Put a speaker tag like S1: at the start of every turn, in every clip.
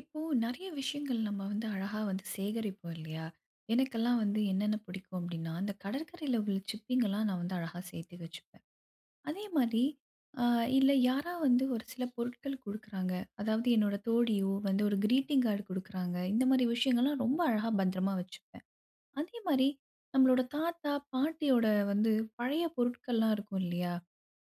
S1: இப்போ நெறைய விஷயங்கள் நம்ம வந்து அழகா வந்து சேகரிப்போம் இல்லையா? எனக்கெல்லாம் வந்து என்னென்ன பிடிக்கும் அப்டின்னா, அந்த கடற்கரையில உள்ள சிப்பிங்கலாம் நான் வந்து அழகா சேர்த்து வச்சுப்பேன். அதே மாரி. அ இல்ல யாரா வந்து ஒரு சில பொருட்கள் குடுக்குறாங்க. அதாவது என்னோட தோழியோ வந்து ஒரு கிரீட்டிங் கார்டு குடுக்குறாங்க. இந்த மாரி விஷயங்கள்லாம் ரொம்ப அழகா பத்திரமா வச்சுப்பேன். அதே மாரி நம்மளோட தாத்தா, பாட்டியோட வந்து பழைய பொருட்கள்லாம் இருக்கும் இல்லையா?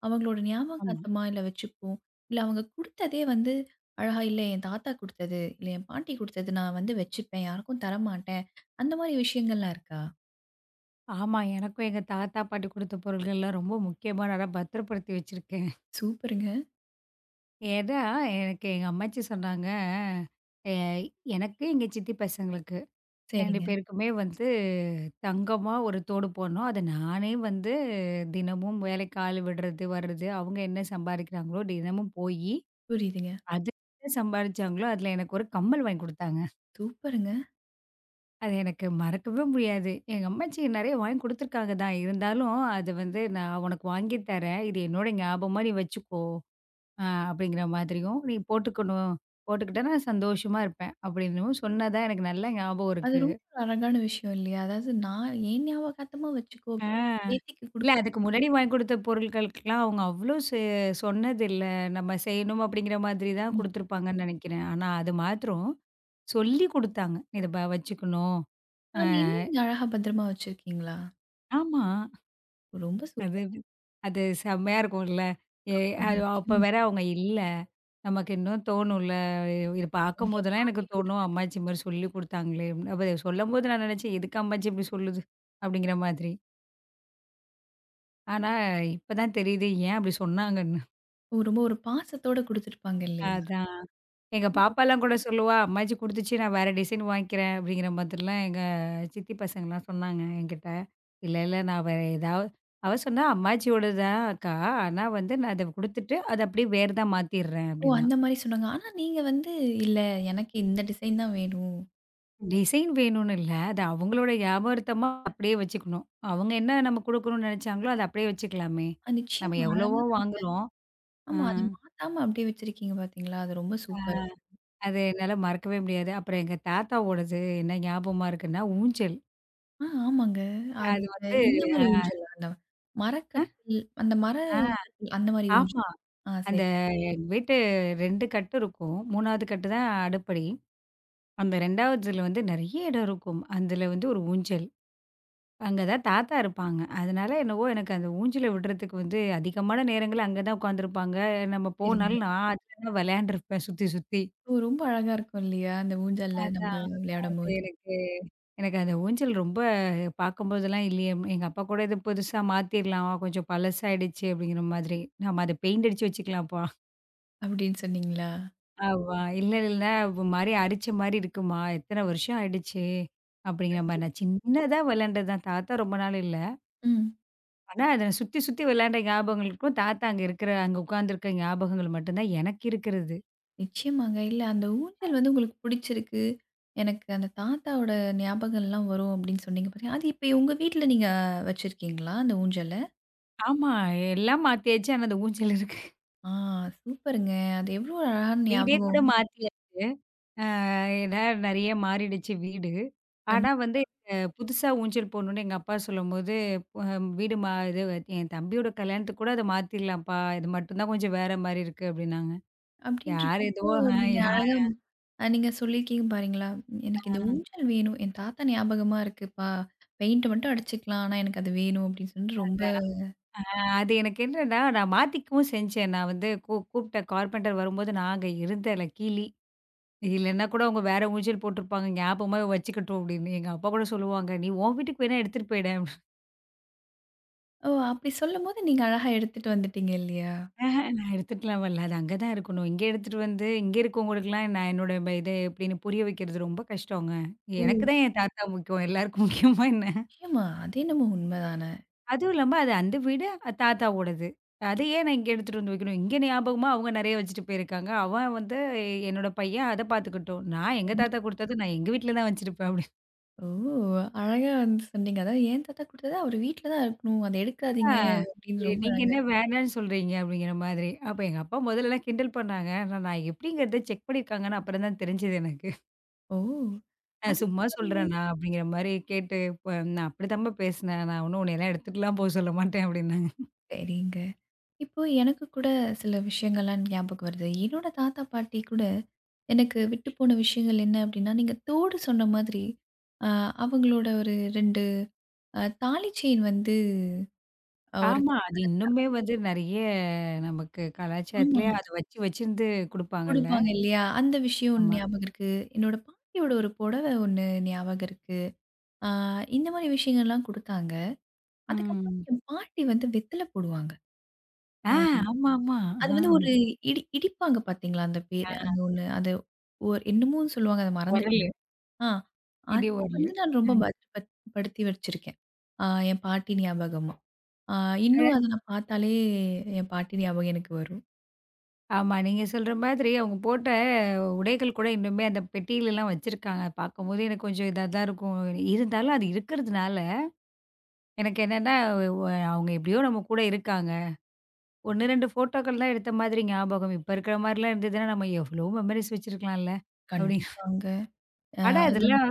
S1: அவங்களோட
S2: ஆமா.
S1: ஞாபகார்த்தமா இல்ல வச்சுப்போம். இல்ல அவங்க குடுத்ததே வந்து அழகா இல்ல என் தாத்தா குடுத்தது, இல்ல என் பாட்டி குடுத்தது நான் வந்து வச்சுப்பேன். யாருக்கும் தரமாட்டேன். அந்த மாரி விஷயங்கள்லாம் இருக்கா?
S2: ஆமா. எனக்கும் எங்க தாத்தா, பாட்டி குடுத்த பொருள்கள்லாம் ரொம்ப முக்கியமானதா பத்திரப்படுத்தி வச்சிருக்கேன்.
S1: சூப்பருங்க.
S2: ஏன்னா, எனக்கு எங்க அம்மாச்சி சொன்னாங்க, "எ எனக்கு எங்க சித்தி பசங்களுக்கு 2
S1: சரிங்க.
S2: பேருக்குமே வந்து தங்கமா ஒரு தோடு போடணும். அத நானே வந்து தினமும் வேலைக்கு ஆள் விடுறது, வர்றது, அவங்க என்ன சம்பாரிக்கிறாங்களோ, தினமும் போயி,
S1: புரியுதுங்க.
S2: அது என்ன சம்பாரிச்சாங்களோ, அதுல எனக்கு ஒரு கம்மல் வாங்கி குடுத்தாங்க."
S1: சூப்பருங்க.
S2: அது எனக்கு மறக்கவே முடியாது. எங்க அம்மாச்சி நெறைய வாங்கி குடுத்துருக்காங்க தான். இருந்தாலும், அது வந்து "நான் உனக்கு வாங்கி தரேன். இது என்னோட ஞாபகமா நீ வச்சுக்கோ", அப்படிங்கிற மாதிரியும், "நீ போட்டுக்கணும். போட்டுக்கிட்டா நான் சந்தோஷமா இருப்பேன்" அப்படின்னும் சொன்னதா எனக்கு நல்லா ஞாபகம்
S1: அது
S2: இருக்கு.
S1: ரொம்ப ஒரு அழகான விஷயம் இல்லையா? அதாவது நான் என் ஞாபகார்த்தமா வச்சுக்கோ.
S2: ஆ.
S1: பேத்திக்கு
S2: இல்ல
S1: குடுக்க
S2: அதுக்கு முன்னாடி வாங்கி குடுத்த பொருட்களுக்கெல்லாம் அவங்க அவ்வளோ சொன்னதில்ல. நம்ம செய்யணும் அப்படிங்கிற மாதிரி தான்
S1: விஷயம்.
S2: குடுத்துருப்பாங்கன்னு நெனைக்கிறேன். ஆனா, அது மாத்திரம் சொல்லி குடுத்தாங்க. "இத வச்சுக்கணும்." அ
S1: அது இன்னும் நீங்க அழகா பத்திரமா வச்சிருக்கீங்களா?
S2: ஆமா.
S1: ரொம்ப
S2: அது
S1: சூப்பர்.
S2: அது செம்மையா இருக்கும்ல. எ அது அப்ப
S1: நிச்சயமா.
S2: வேற அவங்க இல்ல. நமக்கு இன்னும் தோணும்ல. இது
S1: என்
S2: பார்க்கும்போதெல்லாம் எனக்கு
S1: பாட்டி
S2: தோணும்,
S1: குடுத்தது.
S2: அம்மாச்சி மாரி சொல்லிக் குடுத்தாங்களே! அப்ப சொல்லம்போது நான் நெனச்சேன், எதுக்கு அம்மாச்சி இப்டி சொல்லுது? அப்டிங்கிற மாதிரி. ஆனா இப்ப தான் தெரியுது, ஏன் அப்டி சொன்னாங்கன்னு.
S1: ஓ! ரொம்ப ஒரு பாசத்தோட குடுத்துருப்பாங்க இல்லையா?
S2: அதான். எங்க பாப்பாலாம் கூட சொல்லுவா, "அம்மாச்சி குடுத்துச்சு, நான் வேற டிசைன் வாங்கிக்கிறேன்." அப்படிங்கிற மாதிரிலாம் எங்க சித்தி பசங்கலாம் சொன்னாங்க என்கிட்ட. "இல்ல, இல்ல நான் வேற ஏதாவது" அவ சொன்னா, "அம்மாச்சியோடது தான் அக்கா. ஆனா வந்து நான் அத குடுத்துட்டு, அத அப்படியே வேறதா மாத்திடுறேன்."
S1: ஓ!
S2: அப்படின்னா.
S1: அந்த மாரி சொன்னாங்க. ஆனா நீங்க வந்து இல்ல எனக்கு இந்த டிசைன் தான் வேணும்.
S2: ம். டிசைன் வேணும்னு இல்ல. அது அவங்களோட ஞாபகார்த்தமா அப்படியே வச்சுக்கணும். அவங்க என்ன நம்ம குடுக்கணும்னு நெனைச்சாங்களோ, அத அப்படியே வச்சுக்கலாமே. நம்ம
S1: நிச்சயமா
S2: எவ்வளவோ
S1: அழகா
S2: கண்டிப்பா
S1: நீங்க.
S2: வாங்குறோம். அ
S1: ஆமா, அத மாத்தாம அப்படியே வச்சிருக்கீங்க பார்த்தீங்களா? அது ரொம்ப சூப்பர்.
S2: அது என்னால மறக்கவே முடியாது. அப்புறம் எங்க தாத்தாவோடது என்ன ஞாபகமா இருக்குன்னா, ஊஞ்சல்.
S1: ஆ, ஆமாங்க.
S2: அது
S1: அந்த
S2: வந்து
S1: இந்த
S2: அ,
S1: மாரி ஊஞ்சல், அந்த மரக்கட்டில் அந்த மர
S2: அ
S1: அந்த மாரி ஊஞ்சல்.
S2: ஆமா.
S1: ஆ
S2: அந்த
S1: சரி,
S2: வீட்டு 2 கட்டு இருக்கும். 3வது கட்டு தான் அடுப்படி. அந்த 2வதுல வந்து நெறைய இடம் இருக்கும். அதுல வந்து ஒரு ஊஞ்சல். அங்க தான் தாத்தா இருப்பாங்க. அதனால என்னவோ எனக்கு அந்த ஊஞ்சல விடுறதுக்கு வந்து அதிகமான நேரங்கள் அங்க தான் உட்காந்துருப்பாங்க. நம்ம
S1: சரிங்க.
S2: போனாலும் நான் அதுல தான் விளையாண்டுருப்பேன் சுத்தி சுத்தி.
S1: ஓ! ரொம்ப அழகா இருக்கும் இல்லையா? அந்த ஊஞ்சல்ல நம்ம
S2: அதான். அது
S1: விளையாடும்போது.
S2: எனக்கு எனக்கு அந்த ஊஞ்சல் ரொம்ப பார்க்கும்போதெல்லாம் இல்லையே, எங்க அப்பா கூட இது புதுசா மாத்திரலாம். கொஞ்சம் பழசாயிடுச்சு அப்படிங்கிற மாதிரி. நம்ம அத பெயிண்ட் அடிச்சு வச்சுக்கலாம்ப்பா.
S1: அப்படின்னு சொன்னீங்களா?
S2: ஆமா. இல்ல இல்ல, ஒரு மாரி அரிச்ச மாரி இருக்குமா, எத்தன வருஷம் ஆயிடுச்சு. அப்படிங்கிற மாரி. நான்
S1: கண்டிப்பா.
S2: சின்னதா விளையாண்டது தான். தாத்தா ரொம்ப நாள் இல்ல.
S1: ம்.
S2: ஆனா அத நான் சுத்தி சுத்தி விளையாண்ட ஞாபகங்கள் இருக்கும். தாத்தா அங்க இருக்கிற அங்க உட்கார்ந்திருக்க ஞாபகங்கள் மட்டும் தான் எனக்கு இருக்கிறது.
S1: நிச்சயமாங்க. இல்ல அந்த ஊஞ்சல் வந்து உங்களுக்கு பிடிச்சிருக்கு. எனக்கு அந்த தாத்தாவோட ஞாபகம்லாம் வரும் அப்படின்னு சொன்னீங்க பாத்தீங்க. அது இப்ப உங்க வீட்ல நீங்க வச்சிருக்கீங்களா அந்த ஊஞ்சல?
S2: ஆமா. எல்லாம் மாத்தியாச்சு. ஆனா அந்த ஊஞ்சல் இருக்கு.
S1: ஆ, சூப்பருங்க. அது எவ்ளோ அழகான
S2: வீடே கூட
S1: ஞாபகம்.
S2: மாத்தியாச்சு. அ ஏன்னா நெறைய மாறிடுச்சு வீடு. ஆனா
S1: கண்டிப்பா.
S2: வந்து புதுசா ஊஞ்சல் போடணும்னு எங்க அப்பா சொல்லும்போது, அ வீடு மா இது என் தம்பியோட கல்யாணத்துக்கு கூட அத மாத்திரலாம்ப்பா. இது மட்டும் தான் கொஞ்சம் வேற மாரி இருக்கு அப்டின்னாங்க. யார்
S1: அப்படின்றக்கப்போ
S2: எதுவோ அ
S1: நீங்க
S2: யா
S1: அழகா, நீங்க சொல்லியிருக்கீங்க பாருங்களா, "எனக்கு இந்த ஊஞ்சல் வேணும். என் தாத்தா ஞாபகமா இருக்குப்பா. பெயிண்ட் மட்டும் அடிச்சுக்கலாம். ஆனா எனக்கு அது வேணும்." அப்படின்னு சொல்லிட்டு ரொம்ப.
S2: அது எனக்கு என்னன்னா, நான் மாத்திக்கவும் செஞ்சேன். நான் வந்து கூப்பிட்டேன் கார்பெண்டர் வரும்போது நான் அங்க இருந்தேன்ல கீழி. இல்லன்னா கூட அவங்க வேற ஊஞ்சல் போட்டுருப்பாங்க. ஞாபகமா வச்சுக்கட்டும் அப்டின்னு. எங்க அப்பா கூட சொல்லுவாங்க, "நீ உன் வீட்டுக்கு வேணா எடுத்துட்டு போயிடேன்."
S1: ஓ! அப்படி சொல்லும்போது நீங்க அழகா எடுத்துட்டு வந்துட்டீங்க இல்லையா?
S2: நான் எடுத்துட்டுலாம் வரல. அது அங்க தான் இருக்கணும். இங்க எடுத்துட்டு வந்து இங்க இருக்கவங்களுக்கெல்லாம் நான் என்னோட இது எப்படின்னு புரிய வைக்கிறது ரொம்ப கஷ்டங்க.
S1: ஓ!
S2: எனக்கு தான் என் தாத்தா முக்கியம். எல்லாருக்கும் முக்கியமா என்ன?
S1: நிச்சயமா. அது என்னமோ உண்மதான.
S2: அதுவும் இல்லாம அது அந்த வீடு தாத்தாவோடது. அது ஏன் நான் இங்க எடுத்துட்டு வந்து வைக்கணும்? இங்க ஞாபகமா அவங்க நெறைய வச்சுட்டு போயிருக்காங்க. அவன் வந்து என்னோட பையன் அத பார்த்துக்கட்டும். நான் எங்க தாத்தா குடுத்தது நான் எங்க வீட்ல தான் வச்சிருப்பேன் அப்படின்னு.
S1: ஓ! அழகா வந்து சொன்னீங்க. அதாவது, "என் தாத்தா குடுத்தது அவரு வீட்ல தான் இருக்கணும். அத
S2: ஆ.
S1: எடுக்காதீங்க." அப்படின்னு ரொம்ப
S2: நீங்க என்ன
S1: அழகா.
S2: வேணான்னு சொல்றீங்க அப்படிங்கிற மாதிரி. அப்ப எங்க அப்பா முதல்லலாம் கிண்டல் பண்ணாங்க. ஆனா நான் எப்படிங்கிறத செக் பண்ணியிருக்காங்கன்னு அப்புறம் தான் தெரிஞ்சது எனக்கு.
S1: ஓ!
S2: "அ
S1: அது
S2: சும்மா சொல்றேன் நான்" அப்படிங்கிற மாரி கேட்டு, "இப்ப நான் அப்படித்தாம்மா பேசினேன். நான் ஒண்ணும் உன்னையெல்லாம் எடுத்துட்டுலாம் போ சொல்ல மாட்டேன்" அப்படின்னாங்க.
S1: சரிங்க. இப்போ எனக்கு கூட சில விஷயங்கள்லாம் ஞாபகம் வருது. என்னோட தாத்தா, பாட்டி கூட எனக்கு விட்டு போன விஷயங்கள் என்ன அப்படின்னா, நீங்க தோடு சொன்ன மாதிரி, அ அவங்களோட ஒரு 2 தாலி செயின் வந்து, ஒரு
S2: ஆமா. அது இன்னுமே
S1: தாலி.
S2: வந்து நெறைய நமக்கு
S1: ஆமா,
S2: கலாச்சாரத்திலயே அத வச்சு வச்சிருந்து குடுப்பாங்கல்ல.
S1: குடுப்பாங்க இல்லையா? அந்த விஷயம் ஒண்ணு
S2: ஆமா.
S1: ஞாபகம் இருக்கு. என்னோட பாட்டியோட ஒரு புடவ ஒண்ணு ஞாபகம் இருக்கு. அ இந்த மாரி விஷயங்கள்லாம் குடுத்தாங்க. அதுக்கப்புறம்
S2: ம்.
S1: என் பாட்டி வந்து வெத்தல போடுவாங்க.
S2: ஆ
S1: அ
S2: ஆமாமா.
S1: அது வந்து
S2: ஆ.
S1: ஒரு இடிப்பாங்க பார்த்தீங்களா, அந்த பேர அந்த ஒண்ணு. அது ஒரு என்னமோ சொல்லுவாங்க அத
S2: ஒரலு.
S1: மறந்துட்டேன். ஆ, அத
S2: இடி ஒரலு.
S1: வந்து நான் ரொம்ப
S2: ம்.
S1: படுத்தி வச்சிருக்கேன். ஆ, என் பாட்டி ஞாபகமா. ஆ, இன்னும் அத
S2: அ
S1: நான் பார்த்தாலே என் பாட்டி ஞாபகம் எனக்கு வரும்.
S2: ஆமா. நீங்க சொல்ற மாதிரி அவங்க போட்ட உடைகள் கூட இன்னுமே அந்த பெட்டிலலாம் வச்சிருக்காங்க. பார்க்கும்போது எனக்கு கொஞ்சம் இதா தான் இருக்கும். இருந்தாலும் அது இருக்கிறதுனால எனக்கு என்னன்னா, ஒ அவங்க எப்படியோ நம்ம கூட இருக்காங்க. 1, 2 ஃபோட்டோக்கள் தான் எடுத்த மாதிரி ஞாபகம். இப்ப இருக்கிற மாரிலாம் இருந்ததுன்னா, நம்ம எவ்ளோ மெமரீஸ் வச்சிருக்கலாம்ல. அப்படி
S1: கண்டிப்பாங்க. அ
S2: ஆனா
S1: அதான்.
S2: அதெல்லாம்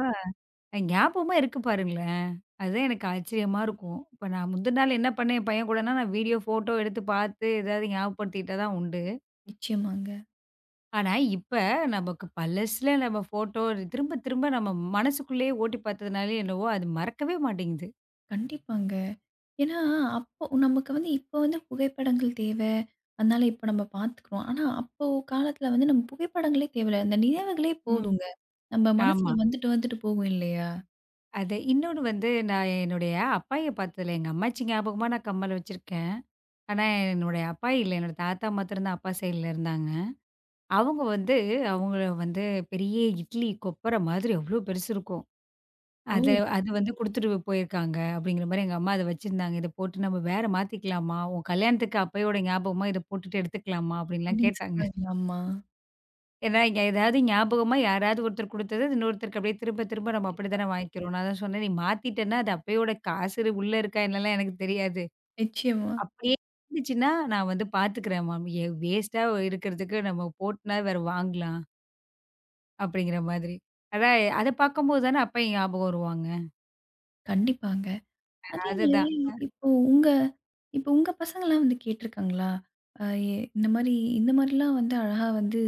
S2: ஞாபகமா இருக்கு பாருங்களேன். அதுதான் எனக்கு ஆச்சரியமா இருக்கும். இப்ப நான் முந்தின நாள் என்ன பண்ணேன் என் பையன் கூடன்னா, நான் வீடியோ, ஃபோட்டோ எடுத்து பார்த்து ஏதாவது ஞாபகப்படுத்திக்கிட்டா தான் உண்டு.
S1: நிச்சயமாங்க.
S2: ஆனா இப்ப நமக்கு பழசுல நம்ம ஃபோட்டோ திரும்ப திரும்ப நம்ம மனசுக்குள்ளேயே ஓட்டி பார்த்ததுனாலயோ என்னவோ, அது மறக்கவே மாட்டேங்குது.
S1: கண்டிப்பாங்க. ஏன்னா, அப்போ நமக்கு வந்து இப்போ வந்து புகைப்படங்கள் தேவ. அதனால இப்போ நம்ம பார்த்துக்கிறோம். ஆனா, அப்போ காலத்தில வந்து நம்ம புகைப்படங்களே தேவையில்ல. அந்த நினைவுகளே
S2: ம்.
S1: போதுங்க. நம்ம
S2: ஆமா.
S1: மனசுல வந்துட்டு, வந்துட்டு போகும் இல்லையா?
S2: அது இன்னொன்னு வந்து நான் என்னுடைய அப்பாய பார்த்ததுல எங்க அம்மாச்சி ஞாபகமா நான் கம்மல் வச்சிருக்கேன். ஆனா, என்னுடைய அப்பா இல்ல. என்னோட தாத்தா மாத்திரம் தான் அப்பா சைட்ல இருந்தாங்க. அவங்க வந்து அவங்கள வந்து பெரிய இட்லி கொப்பர மாதிரி அவ்ளோ பெருசு இருக்கும். அத
S1: "ஓ!"
S2: அது வந்து குடுத்துட்டு போயிருக்காங்க அப்படிங்கிற மாரி எங்க அம்மா அத வச்சிருந்தாங்க. "இத போட்டு நம்ம வேற மாத்திக்கலாமா? உன் கல்யாணத்துக்கு அப்பையோட ஞாபகமா இத போட்டுட்டு எடுத்துக்கலாமா?" அப்படின்லாம்
S1: அப்படின்னு
S2: கேட்டாங்க.
S1: சொன்னாங்களா அம்மா?
S2: ஏன்னா, இங்க ஏதாவது ஞாபகமா யாராவது ஒருத்தர் குடுத்தது இன்னொருத்தருக்கு அப்படியே திரும்ப திரும்ப நம்ம
S1: கண்டிப்பா.
S2: அப்படித்தானே வாங்கிக்கிறோம். நான் தான் சொன்னேன், "நீ மாத்திட்டேன்னா அது அப்பையோட காசு உள்ள இருக்கா என்னலாம் எனக்கு தெரியாது."
S1: நிச்சயமா.
S2: அப்படியே இருந்துச்சுன்னா, நான் வந்து பார்த்துக்கிறேன் மாமி. வேஸ்ட்டா இருக்கிறதுக்கு நம்ம போட்டுனா வேற வாங்கலாம், அப்படிங்கிற மாதிரி. அதான் அத பார்க்கும்போது தானே அப்பா ஞாபகம் வருவாங்க.
S1: கண்டிப்பாங்க. அதே மாரி.
S2: அதுதான்.
S1: இப்போ உங்க இப்போ உங்க பசங்கலாம் வந்து கேட்டுருக்காங்களா? அ எ இந்த மாரி, இந்த மாரிலாம் வந்து அழகா வந்து,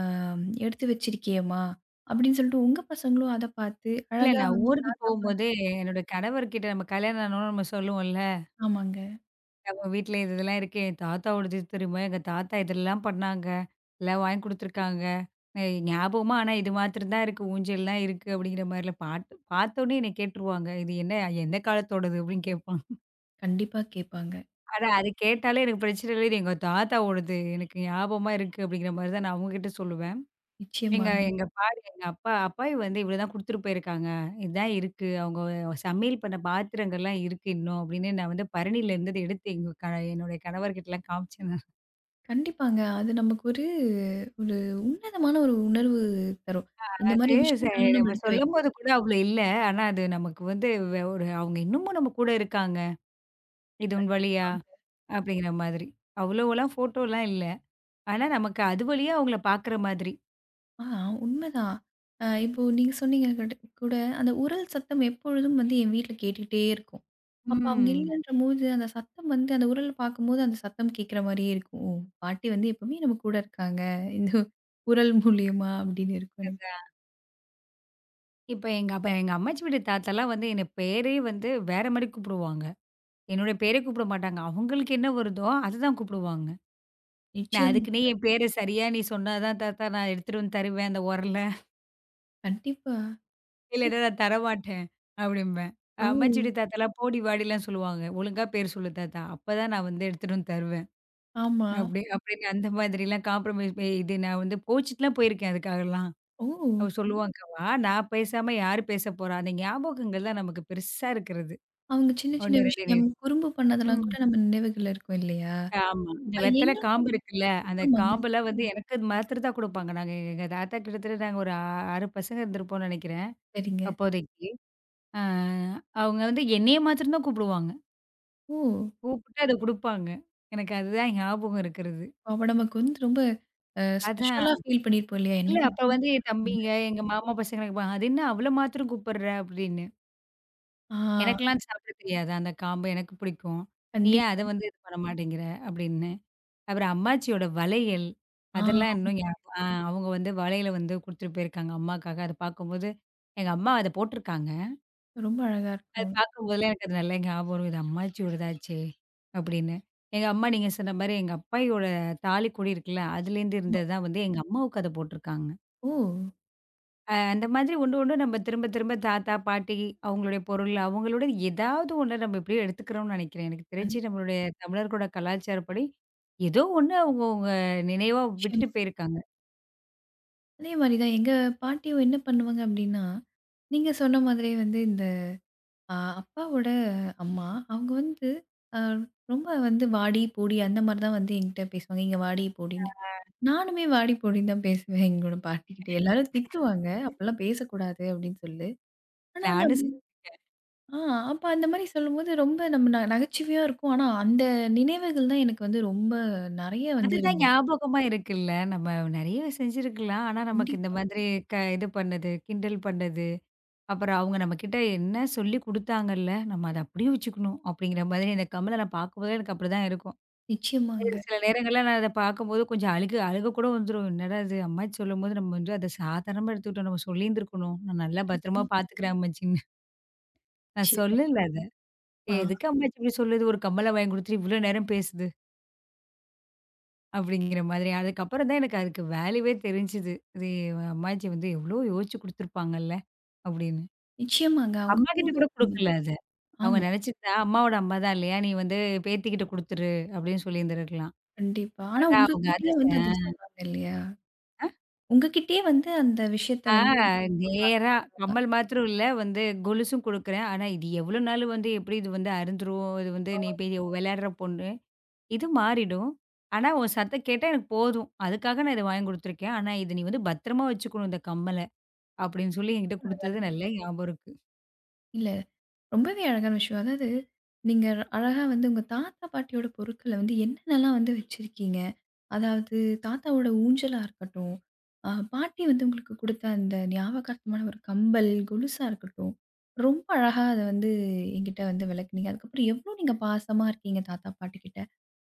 S1: ஆம், "எடுத்து வச்சிருக்கியேம்மா" அப்படின்னு சொல்லிட்டு உங்க பசங்களும் அத பார்த்து
S2: இல்ல
S1: அழகா
S2: நான்
S1: வந்து
S2: ஊருக்கு
S1: தாத்தா,
S2: போம்போதே
S1: பாட்டி.
S2: என்னோட கணவர்கிட்ட நம்ம கல்யாணம் ஆனோனே நம்ம சொல்லுவோம்ல,
S1: ஆமாங்க.
S2: நம்ம வீட்ல இது இதெல்லாம் இருக்கு. என் தாத்தாவோடது இது தெரியுமா? எங்க தாத்தா இதெல்லாம் பண்ணாங்க. எல்லாம் வாங்கி குடுத்துருக்காங்க. ஞாபகமா ஆனா இது மாத்திரம் தான் இருக்கு. ஊஞ்சல்லாம் இருக்கு அப்படிங்கிற மாரிலாம் பாட்டு பார்த்தோனே என்ன கேட்டுருவாங்க. இது என்ன எந்த காலத்தோடது? அப்படின்னு கேட்பான்.
S1: கண்டிப்பா கேட்பாங்க.
S2: ஆனா, அது கேட்டாலே எனக்கு பிரச்சனை இல்ல. இது எங்க தாத்தாவோடது எனக்கு ஞாபகமா இருக்கு அப்படிங்கிற மாரி தான் நான் அவங்ககிட்ட சொல்லுவேன். எங்க
S1: நிச்சயமாங்க.
S2: எங்க பாரு எங்க அப்பா அப்பாயி வந்து இவ்வளோதான் குடுத்துட்டு போயிருக்காங்க. இதுதான் இருக்கு. அவங்க சமையல் பண்ண பாத்திரங்கள்லாம் இருக்கு இன்னும் அப்படின்னு நான் வந்து பரணியில இருந்தது எடுத்து எங்க க என்னுடைய கணவர்கிட்டலாம் காமிச்சேன் நான்.
S1: கண்டிப்பாங்க. அது நமக்கு ஒரு, ஒரு உன்னதமான ஒரு உணர்வு தரும். இந்த
S2: அது
S1: மாரி
S2: ச
S1: விஷயங்கள் நம்ம
S2: நம்ம
S1: எடுத்து வைக்க
S2: சொல்லும்போது கூட அவ்வளோ இல்ல. ஆனா அது நமக்கு வந்து ஒரு அவங்க இன்னமும் நம்ம கூட இருக்காங்க. இது உன் வழியா?
S1: கண்டிப்பா.
S2: அப்படிங்கிற மாதிரி. அவ்வளோவெல்லாம் ஃபோட்டோலாம் இல்ல. ஆனா நமக்கு அது வழியா அவங்கள பாக்குற மாதிரி.
S1: ஆ, உண்மைதான். இப்போ நீங்க சொன்னீங்க கூட அந்த உரல் சத்தம் எப்பொழுதும் வந்து என் வீட்ல கேட்டுக்கிட்டே இருக்கும். அப்ப அவங்க
S2: ம்.
S1: இல்லன்றபோது அந்த சத்தம் வந்து அந்த உரல் பார்க்கும்போது அந்த சத்தம் கேட்கிற மாரியே இருக்கும். ஓ! பாட்டி வந்து எப்பவுமே நம்ம கூட இருக்காங்க. இந்த உரல் மூலியமா அப்படின்னு இருக்கும் எனக்கு.
S2: இப்ப எங்க அம்மாச்சி வீட்டு தாத்தாலாம் வந்து என்ன பேரே வந்து வேற மாரி கூப்பிடுவாங்க. என்னுடைய பேரே கூப்பிட மாட்டாங்க. அவங்களுக்கு என்ன வருதோ அதுதான் கூப்பிடுவாங்க. நான் அதுக்குன்னே
S1: நிச்சயமாங்க.
S2: என் பேர சரியா நீ சொன்னா தான் தாத்தா நான் எடுத்துட்டு வந்து தருவேன் அந்த உரல.
S1: கண்டிப்பா.
S2: இல்லன்னா
S1: இப்
S2: நான் தரமாட்டேன் அப்படிம்பேன்.
S1: ஓ!
S2: அம்மாச்சி வீட்டு தாத்தாலாம் போடி வாடிலாம் சொல்லுவாங்க. ஒழுங்கா பேர் சொல்லு தாத்தா. அப்பதான் நான் வந்து எடுத்துட்டு வந்து தருவேன்.
S1: ஆமா.
S2: அப்படின்னு அந்த மாதிரிலாம் காம்ப்ரமைஸ் இது நான் வந்து கோவிச்சுட்டுலாம் போயிருக்கேன் அதுக்காகலாம்.
S1: ஓ!
S2: அவ சொல்லுவாங்கவா நான் பேசாம யாரு பேசப்போறா? அந்த ஞாபகங்கள் தான் நமக்கு பெருசா இருக்கிறது.
S1: அவங்க சின்ன சின்ன
S2: 1, 2.
S1: விஷயம் குறும்பு பண்ணதெல்லாம்
S2: ம்.
S1: கூட நம்ம நினைவுகள்ல இருக்கும் இல்லையா?
S2: ஆமா. இந்த
S1: அ
S2: வெத்தல
S1: என்ன
S2: காம்பு இருக்குல்ல, அந்த
S1: ஆமாங்க.
S2: காம்பெல்லாம் வந்து எனக்கு அது மாத்திர தான் குடுப்பாங்க. நாங்க எங்க தாத்தா கிட்டத்தட்ட நாங்க ஒரு 6 பசங்க இருந்திருப்போம்னு நெனைக்கிறேன்,
S1: சரிங்க.
S2: அப்போதைக்கு. அ அவங்க வந்து என்னைய மாத்திரம் தான் கூப்பிடுவாங்க.
S1: ஓ!
S2: கூப்பிட்டு அத குடுப்பாங்க. எனக்கு அதுதான் ஞாபகம் இருக்கிறது.
S1: அப்ப நமக்கு வந்து ரொம்ப ஸ்பெஷலா
S2: அதான்.
S1: ஃபீல் பண்ணியிருப்போம் இல்லையா? என்னை
S2: இல்ல அப்ப
S1: மட்டும்
S2: வந்து என்
S1: கூப்பிடுறாங்க.
S2: தம்பிங்க, எங்க மாமா பசங்க கேட்பாங்க, "அது என்ன அவள மாத்திரம் கூப்பிடுற?" அப்படின்னு.
S1: ஆ,
S2: எனக்கெல்லாம் அது சாப்பிட தெரியாது. அந்த காம்பு எனக்கு பிடிக்கும். "நீ ஏன் அத
S1: கண்டிப்பா.
S2: வந்து இது பண்ண மாட்டேங்கிற?" அப்படின்னு. அப்புறம் அம்மாச்சியோட வளையல்,
S1: ஆ, ஆமா.
S2: அதெல்லாம் இன்னும் ஞாபகம். ஆ அவங்க வந்து வளையல வந்து குடுத்துட்டு போயிருக்காங்க அம்மாக்காக. அத பார்க்கும்போது எங்க அம்மா அத போட்டுருக்காங்க.
S1: ரொம்ப அழகா
S2: அது
S1: இருக்கும்.
S2: பார்க்கும்போதெல்லாம் எனக்கு அது நல்லா ஞாபகம் வரும். இது அம்மாச்சியோடதாச்சே! அப்படின்னு. எங்க அம்மா நீங்க சொன்ன மாரி எங்க அப்பாயியோட தாலி கொடி இருக்குல்ல, அதுலேருந்து
S1: ஆமா.
S2: இருந்தது தான் வந்து எங்க அம்மாவுக்கு அத போட்டுருக்காங்க.
S1: ஓ!
S2: அந்த மாதிரி ஒண்ணு, ஒண்ணு நம்ம திரும்ப, திரும்ப தாத்தா, பாட்டி அவங்களுடைய பொருள், அவங்களோட ஏதாவது ஒண்ண நம்ம எப்படியோ எடுத்துக்கிறோம்னு நினைக்கிறேன். எனக்கு
S1: கண்
S2: தெரிஞ்சு நம்மளுடைய தமிழர்களோட கலாச்சாரப்படி, ஏதோ ஒண்ணு அவங்கவங்க நினைவா விட்டுட்டு
S1: நிச்சயமா.
S2: போயிருக்காங்க.
S1: அதே மாரி தான் எங்க பாட்டியும் என்ன பண்ணுவாங்க அப்டின்னா, நீங்க சொன்ன மாதிரியே வந்து இந்த அ அப்பாவோட அம்மா, அவங்க வந்து அ ரொம்ப வந்து வாடி, போடி அந்த மாரி தான் வந்து என்கிட்ட பேசுவாங்க. "இங்க வாடி, போடின்னு." நானுமே வாடி, போடின்னு தான் பேசுவேன் எங்களோட பாட்டிக்கிட்ட. எல்லாரும் திட்டுவாங்க. "அப்பலாம் பேசக்கூடாது" அப்டின்னு சொல்லி. ஆனா வந்து,
S2: நானு ஸ்
S1: ஆ, அப்ப அந்த மாரி சொல்லும்போது ரொம்ப நம்ம நகைச்சுவையா இருக்கும். ஆனா அந்த நினைவுகள் தான் எனக்கு வந்து ரொம்ப நெறைய வந்து
S2: அதுதான்
S1: இருந்தது.
S2: ஞாபகமா இருக்குல்ல. நம்ம நெறைய செஞ்சிருக்கலாம். ஆனா நமக்கு இந்த
S1: கண்டிப்பா.
S2: மாதிரி இது பண்ணது, கிண்டல் பண்ணது, அப்புறம் அவங்க நம்மகிட்ட என்ன சொல்லிக் குடுத்தாங்கல்ல, நம்ம அத அப்படியே வச்சுக்கணும் அப்படிங்கிற மாதிரி இந்த கமல நான் பார்க்கும்போதே எனக்கு அப்படிதான் இருக்கும்.
S1: நிச்சயமாங்க.
S2: ஒரு சில நேரங்கள்ல நான் அத பார்க்கும்போது கொஞ்சம் அழுக அழுக கூட வந்துரும். என்னடா இது அம்மாச்சி சொல்லும்போது நம்ம வந்து அத சாதாரணமா எடுத்துக்கிட்டோம். நம்ம சொல்லியிருந்திருக்கணும். நான் நல்லா பத்திரமா
S1: கண்டிப்பா.
S2: பார்த்துக்கிறேன் அம்மாச்சின்னு. நான்
S1: நிச்சயமா.
S2: சொல்லல அத.
S1: ஆ,
S2: "ஏய், எதுக்கு அம்மாச்சி இப்படி சொல்லுது? ஒரு கம்மல வாங்கி குடுத்துட்டு இவ்வளோ நேரம் பேசுது. அப்படிங்கிற மாதிரி. அதுக்கப்புறம் தான் எனக்கு அதுக்கு வேல்யூவே தெரிஞ்சுது. இது அம்மாச்சி வந்து எவ்வளோ யோசிச்சு குடுத்துருப்பாங்கல்ல அப்படின்னு.
S1: நிச்சயமாங்க. அவங்க
S2: அம்மாகிட்ட
S1: கூட
S2: கூட
S1: இருக்கும்போது,
S2: குடுக்கல அத. அவங்க
S1: ஆமா.
S2: நினைச்சிருந்தா அம்மாவோட அம்மா தான் இல்லையா? நீ வந்து பேத்திகிட்ட குடுத்துரு அப்படின்னு சொல்லியிருந்திருக்கலாம்.
S1: கண்டிப்பா. ஆனா
S2: ஆனா அவங்க அது
S1: உங்ககிட்டயே
S2: செ
S1: வந்து அது சொன்னாங்க இல்லையா? உங்ககிட்டயே வந்து அந்த விஷயத்த
S2: ஆ
S1: வந்து சொன்னாங்க.
S2: நேரா கம்மல் மாத்திரம் இல்ல, வந்து கொலுசும் குடுக்குறேன். ஆனா இது எவ்வளோ நாள் வந்து எப்படி இது வந்து அருந்துரும்? இது வந்து நீ
S1: வாவ்!
S2: போய் விளையாடுற பொண்ணு. இது மாறிடும். ஆனா உன் சத்தம் கேட்டா எனக்கு போதும். அதுக்காக நான் இத வாங்கி குடுத்துருக்கேன். ஆனா இத நீ வந்து பத்திரமா வச்சுக்கணும் இந்த கம்மல. அப்படின்னு சொல்லி என்கிட்ட
S1: ரொம்ப அழகான
S2: குடுத்தது நல்லா
S1: விஷயம்.
S2: ஞாபகம் இருக்கு.
S1: இல்ல, ரொம்பவே அழகான விஷயம். அதாவது, நீங்க அழகா வந்து உங்க தாத்தா, பாட்டியோட பொருட்கள வந்து என்னென்னலாம் வந்து வச்சிருக்கீங்க? அதாவது, தாத்தாவோட ஊஞ்சலா இருக்கட்டும், பாட்டி வந்து உங்களுக்கு குடுத்த அந்த ஞாபகார்த்தமான ஒரு கம்பல், கொலுசா இருக்கட்டும், ரொம்ப அழகா அத வந்து என்கிட்ட வந்து விளக்குனீங்க. அதுக்கப்புறம் எவ்ளோ நீங்க பாசமா இருக்கீங்க தாத்தா, பாட்டிகிட்ட.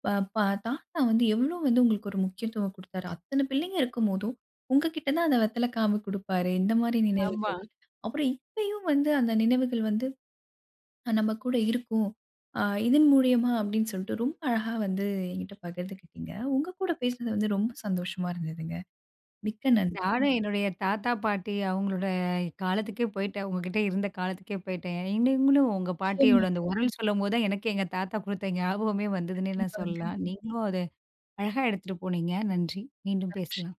S1: ப ப தாத்தா வந்து எவ்ளோ வந்து உங்களுக்கு ஒரு முக்கியத்துவம் குடுத்தாரு. அத்தன பிள்ளைங்க இருக்கும்போதும், உங்க கிட்ட தான் அத வெத்தல காம்பு குடுப்பாரு. இந்த மாரி
S2: ஆமா.
S1: நினைவுகள். அப்புறம் இப்பயும் வந்து அந்த நினைவுகள் வந்து நம்ம கூட இருக்கும். அ இதன் மூலியமா அப்படின்னு சொல்லிட்டு ரொம்ப அழகா வந்து என்கிட்ட பகிர்ந்துக்கிட்டீங்க. உங்க கூட பேசினது வந்து ரொம்ப சந்தோஷமா இருந்ததுங்க. மிக்க நன்றி.
S2: நானும் என்னுடைய தாத்தா, பாட்டி அவங்களோட காலத்துக்கே போயிட்டேன். உங்ககிட்ட இருந்த காலத்துக்கே போயிட்டேன். நீங்களும் உங்க பாட்டியோட
S1: நிச்சயமா.
S2: அந்த உரல் சொல்லும்போது தான் எனக்கு எங்க தாத்தா குடுத்த ஞாபகமே வந்ததுன்னே நான்
S1: கண்டிப்பாங்க.
S2: சொல்லலாம். நீங்களும் அத அழகா எடுத்துட்டு போனீங்க. நன்றி. மீண்டும்
S1: நன்றி.
S2: பேசலாம்.